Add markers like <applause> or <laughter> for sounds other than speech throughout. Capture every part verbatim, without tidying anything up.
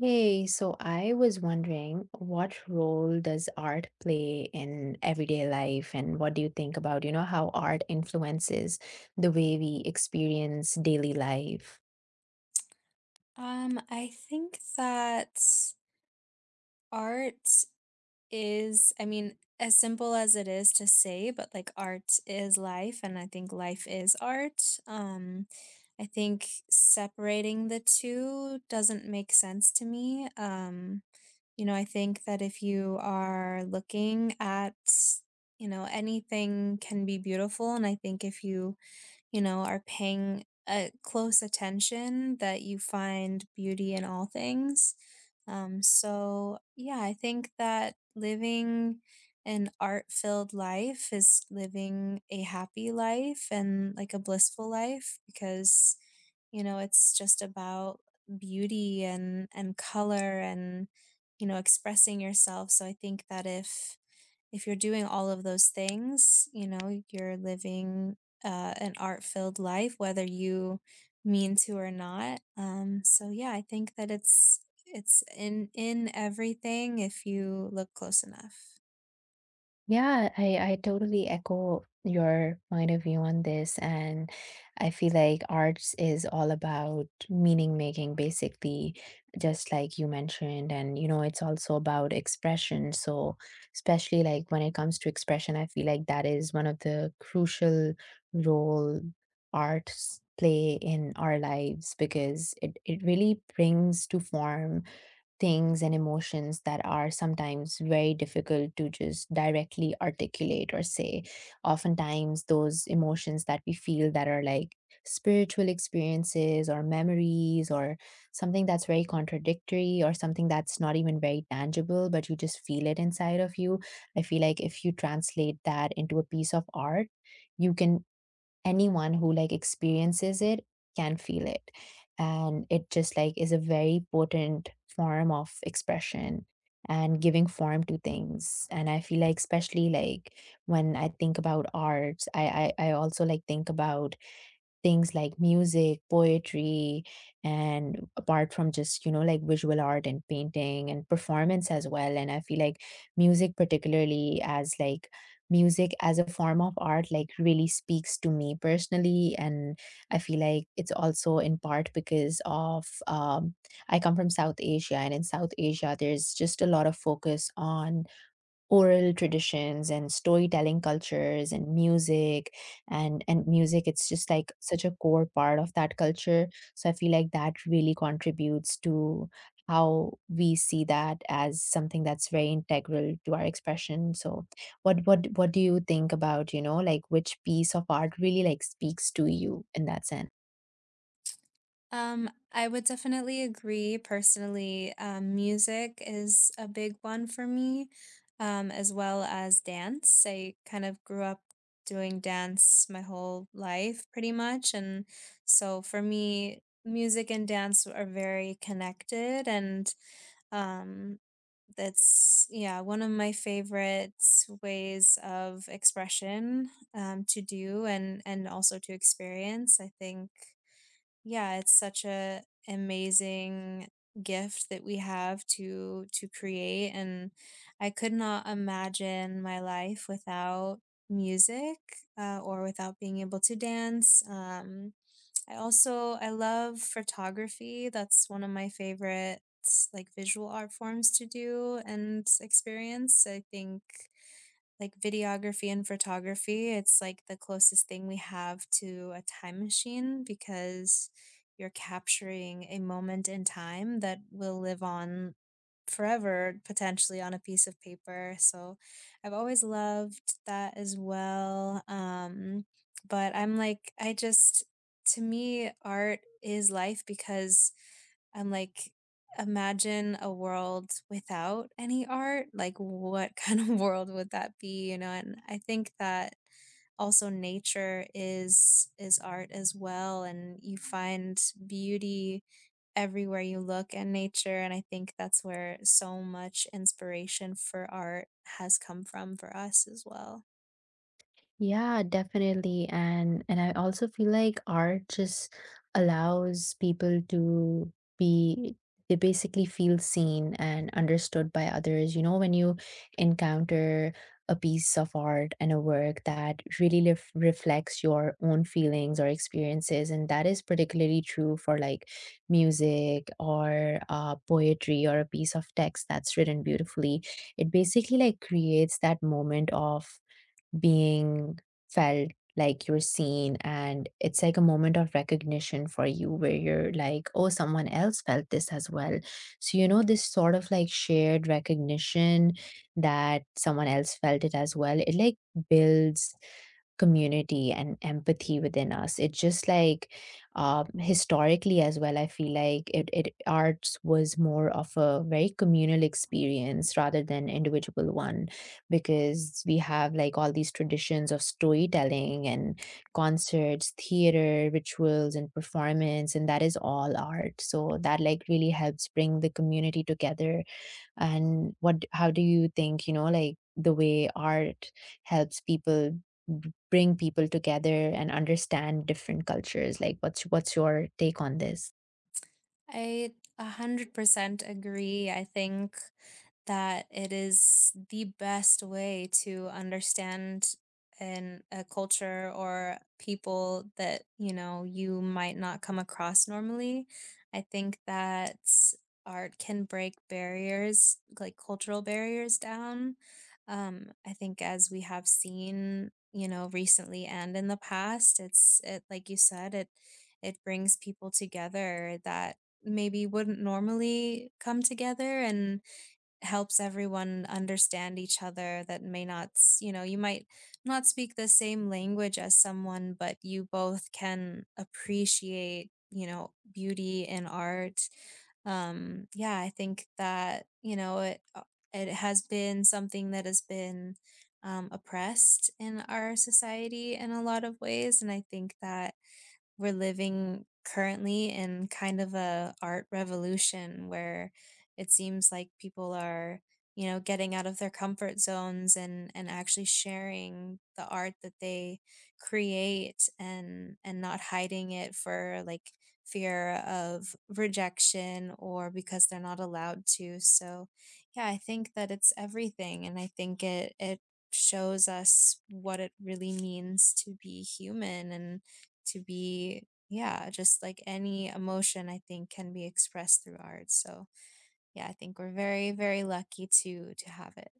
Hey, so I was wondering, what role does art play in everyday life, and what do you think about, you know, how art influences the way we experience daily life? Um, I think that art is, I mean, as simple as it is to say, but like art is life, and I think life is art. Um, I think separating the two doesn't make sense to me. Um, you know, I think that if you are looking at, you know, anything can be beautiful, and I think if you you know, are paying a close attention, that you find beauty in all things. Um, so yeah, I think that living an art-filled life is living a happy life and like a blissful life because, you know, it's just about beauty and and color and you know, expressing yourself. So I think that if if you're doing all of those things, you know, you're living, uh, an art-filled life, whether you mean to or not. Um, so yeah, I think that it's it's in in everything if you look close enough. Yeah, I, I totally echo your point of view on this. And I feel like arts is all about meaning making, basically, just like you mentioned. And, you know, it's also about expression. So, especially like when it comes to expression, I feel like that is one of the crucial role arts play in our lives because it, it really brings to form things and emotions that are sometimes very difficult to just directly articulate or say. Oftentimes, those emotions that we feel that are like spiritual experiences or memories or something that's very contradictory or something that's not even very tangible, but you just feel it inside of you. I feel like if you translate that into a piece of art, you can anyone who like experiences it can feel it, and it just like is a very potent form of expression and giving form to things. And I feel like, especially like when I think about arts, i i, I also like think about things like music, poetry, and apart from just, you know, like visual art and painting and performance as well. And I feel like music, particularly as like music as a form of art, like really speaks to me personally. And I feel like it's also in part because of, um, I come from South Asia, and in South Asia, there's just a lot of focus on oral traditions and storytelling cultures and music, and and music, it's just like such a core part of that culture. So I feel like that really contributes to how we see that as something that's very integral to our expression. So what what what do you think about, you know, like which piece of art really like speaks to you in that sense? Um, I would definitely agree personally. Um, music is a big one for me, um, as well as dance. I kind of grew up doing dance my whole life pretty much. And so for me, music and dance are very connected and um, that's yeah one of my favorite ways of expression um, to do and and also to experience. I think yeah, it's such a amazing gift that we have to to create. And I could not imagine my life without music, uh, or without being able to dance. Um, I also I love photography. That's one of my favorite like visual art forms to do and experience. I think like videography and photography, it's like the closest thing we have to a time machine because you're capturing a moment in time that will live on forever, potentially on a piece of paper. So I've always loved that as well. Um, but I'm like, I just, to me, art is life because I'm like, imagine a world without any art, like what <laughs> kind of world would that be, you know? And I think that also nature is is art as well, and you find beauty everywhere you look in nature, and I think that's where so much inspiration for art has come from for us as well. Yeah, definitely. And and I also feel like art just allows people to be, they basically feel seen and understood by others. You know, when you encounter a piece of art and a work that really lef- reflects your own feelings or experiences, and that is particularly true for like music or uh, poetry or a piece of text that's written beautifully. It basically like creates that moment of being felt, like you're seen, and it's like a moment of recognition for you where you're like, oh, someone else felt this as well. So you know, this sort of like shared recognition that someone else felt it as well, it like builds community and empathy within us. It just like, um, historically as well, I feel like it, it arts was more of a very communal experience rather than individual one, because we have like all these traditions of storytelling and concerts, theater, rituals, and performance, and that is all art. So that like really helps bring the community together. And what, how do you think, you know, like the way art helps people b- bring people together and understand different cultures? Like what's, what's your take on this? I one hundred percent agree. I think that it is the best way to understand an a culture or people that, you know, you might not come across normally. I think that art can break barriers, like cultural barriers down. Um, I think as we have seen, you know, recently and in the past, it's it like you said, it it brings people together that maybe wouldn't normally come together and helps everyone understand each other that may not, s- you know, you might not speak the same language as someone, but you both can appreciate, you know, beauty and art. Um, yeah, I think that, you know, it, uh, it has been something that has been um, oppressed in our society in a lot of ways. And I think that we're living currently in kind of a art revolution where it seems like people are, you know, getting out of their comfort zones and and actually sharing the art that they create, and and not hiding it for like fear of rejection or because they're not allowed to. So yeah, I think that it's everything, and I think it it shows us what it really means to be human and to be, yeah, just like any emotion I think can be expressed through art. So yeah, I think we're very very lucky to to have it.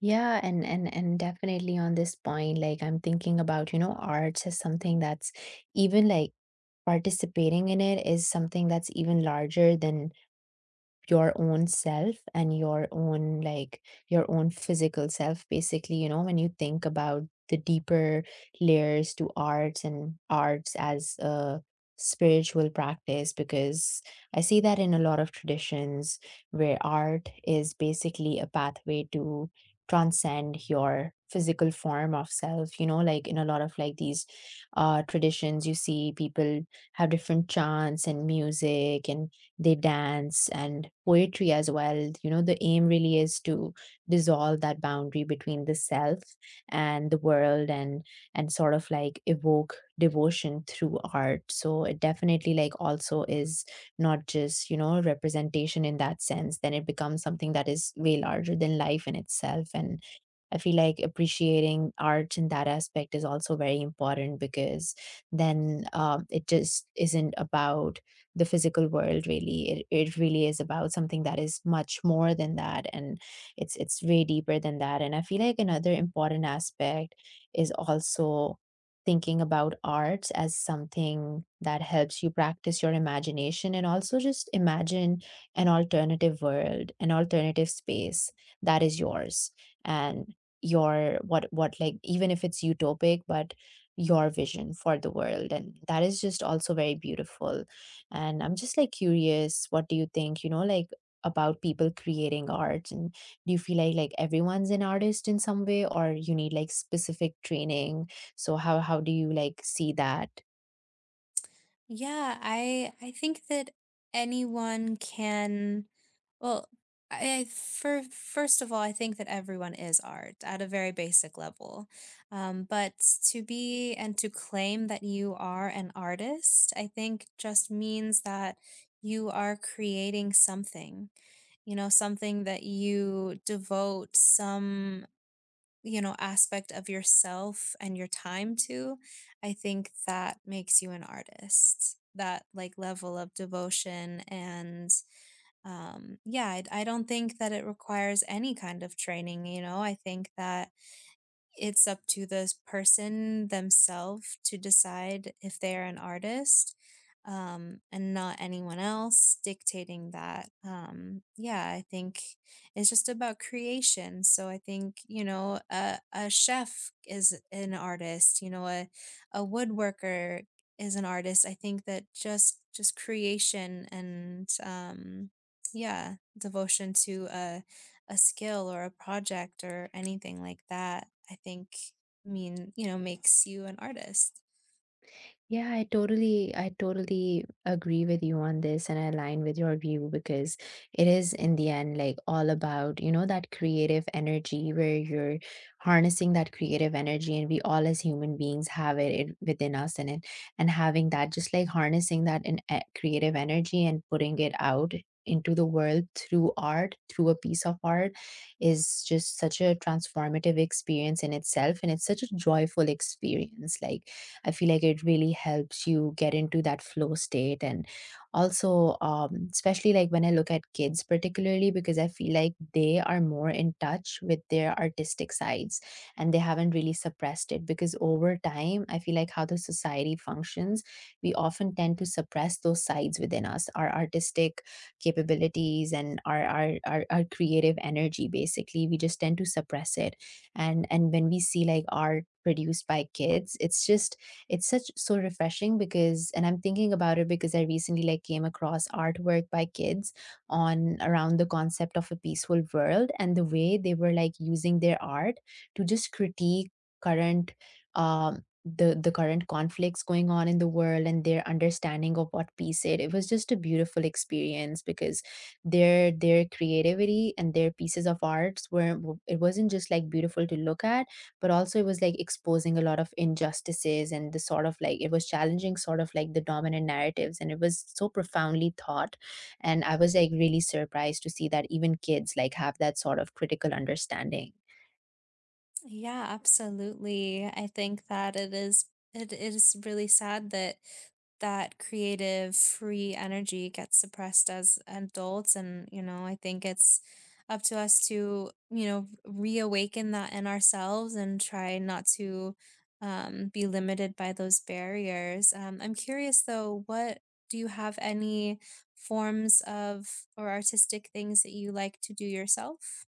Yeah, and and and definitely on this point, like I'm thinking about, you know, arts as something that's even like participating in it is something that's even larger than your own self and your own like your own physical self basically. You know, when you think about the deeper layers to arts and arts as a spiritual practice, because I see that in a lot of traditions where art is basically a pathway to transcend your physical form of self. You know, like in a lot of like these uh traditions, you see people have different chants and music, and they dance and poetry as well. You know, the aim really is to dissolve that boundary between the self and the world, and and sort of like evoke devotion through art. So it definitely like also is not just, you know, representation in that sense. Then it becomes something that is way larger than life in itself. And I feel like appreciating art in that aspect is also very important, because then um, it just isn't about the physical world. Really it, it really is about something that is much more than that, and it's it's way deeper than that. And I feel like another important aspect is also thinking about arts as something that helps you practice your imagination and also just imagine an alternative world, an alternative space that is yours. And your what what like, even if it's utopic, but your vision for the world, and that is just also very beautiful. And I'm just like curious, what do you think, you know, like about people creating art? And do you feel like like everyone's an artist in some way, or you need like specific training? So how how do you like see that? Yeah, I I think that anyone can, well, I I- for first of all, I think that everyone is art at a very basic level. Um, but to be and to claim that you are an artist, I think just means that you are creating something, you know, something that you devote some, you know, aspect of yourself and your time to. I think that makes you an artist. That like level of devotion and um yeah, I, I don't think that it requires any kind of training, you know. I think that it's up to the person themselves to decide if they're an artist, um and not anyone else dictating that. Um yeah, I think it's just about creation. So I think, you know, a, a chef is an artist, you know, a, a woodworker is an artist. I think that just just creation and um yeah, devotion to a a skill or a project or anything like that, I think, mean, you know, makes you an artist. Yeah, I totally, I totally agree with you on this, and I align with your view, because it is in the end like all about, you know, that creative energy where you're harnessing that creative energy, and we all as human beings have it, it within us. And it and having that just like harnessing that in e- creative energy and putting it out into the world through art, through a piece of art, is just such a transformative experience in itself, and it's such a joyful experience. Like, I feel like it really helps you get into that flow state. And also, um, especially like when I look at kids, particularly because I feel like they are more in touch with their artistic sides and they haven't really suppressed it. Because over time, I feel like how the society functions, we often tend to suppress those sides within us, our artistic capabilities and our, our our our creative energy, basically we just tend to suppress it. And and when we see like art produced by kids, it's just it's such so refreshing, because, and I'm thinking about it because I recently like came across artwork by kids on around the concept of a peaceful world, and the way they were like using their art to just critique current um the the current conflicts going on in the world and their understanding of what peace is. It was just a beautiful experience, because their their creativity and their pieces of arts were, it wasn't just like beautiful to look at, but also it was like exposing a lot of injustices, and the sort of like it was challenging sort of like the dominant narratives, and it was so profoundly thought. And I was like really surprised to see that even kids like have that sort of critical understanding. Yeah, absolutely. I think that it is it is really sad that that creative free energy gets suppressed as adults, and you know, I think it's up to us to, you know, reawaken that in ourselves and try not to, um, be limited by those barriers. Um, I'm curious though, what, do you have any forms of or artistic things that you like to do yourself?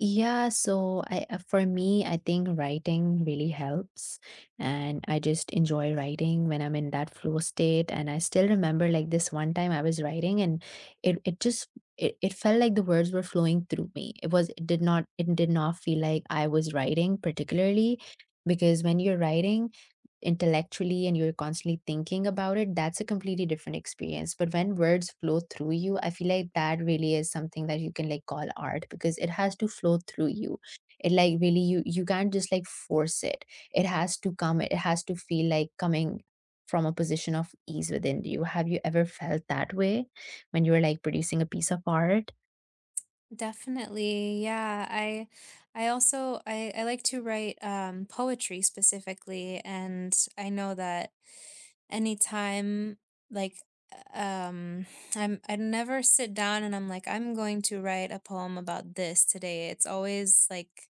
Yeah, so I uh, for me, I think writing really helps. And I just enjoy writing when I'm in that flow state. And I still remember like this one time I was writing, and it it just it, it felt like the words were flowing through me. It was, it did not, it did not feel like I was writing particularly, because when you're writing intellectually and you're constantly thinking about it, that's a completely different experience. But when words flow through you, I feel like that really is something that you can like call art, because it has to flow through you. It like really, you you can't just like force it. It has to come, it has to feel like coming from a position of ease within you. Have you ever felt that way when you were like producing a piece of art? Definitely. Yeah. I I also I, I like to write um poetry specifically, and I know that anytime, like, um I'm, I never sit down and I'm like, I'm going to write a poem about this today. It's always like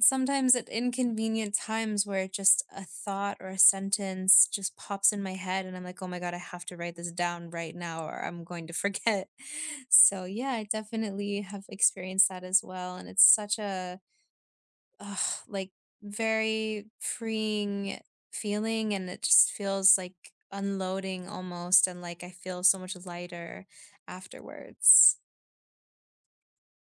sometimes at inconvenient times where just a thought or a sentence just pops in my head and I'm like, "Oh my god, I have to write this down right now or I'm going to forget." <laughs> So, yeah, I definitely have experienced that as well, and it's such a, ugh, like, very freeing feeling, and it just feels like unloading almost, and, like, I feel so much lighter afterwards.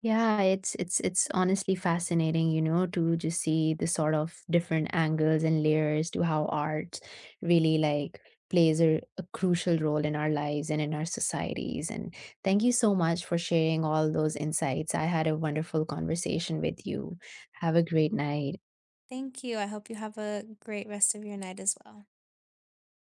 Yeah, it's it's it's honestly fascinating, you know, to just see the sort of different angles and layers to how art really like plays a, a crucial role in our lives and in our societies. And thank you so much for sharing all those insights. I had a wonderful conversation with you. Have a great night. Thank you, I hope you have a great rest of your night as well.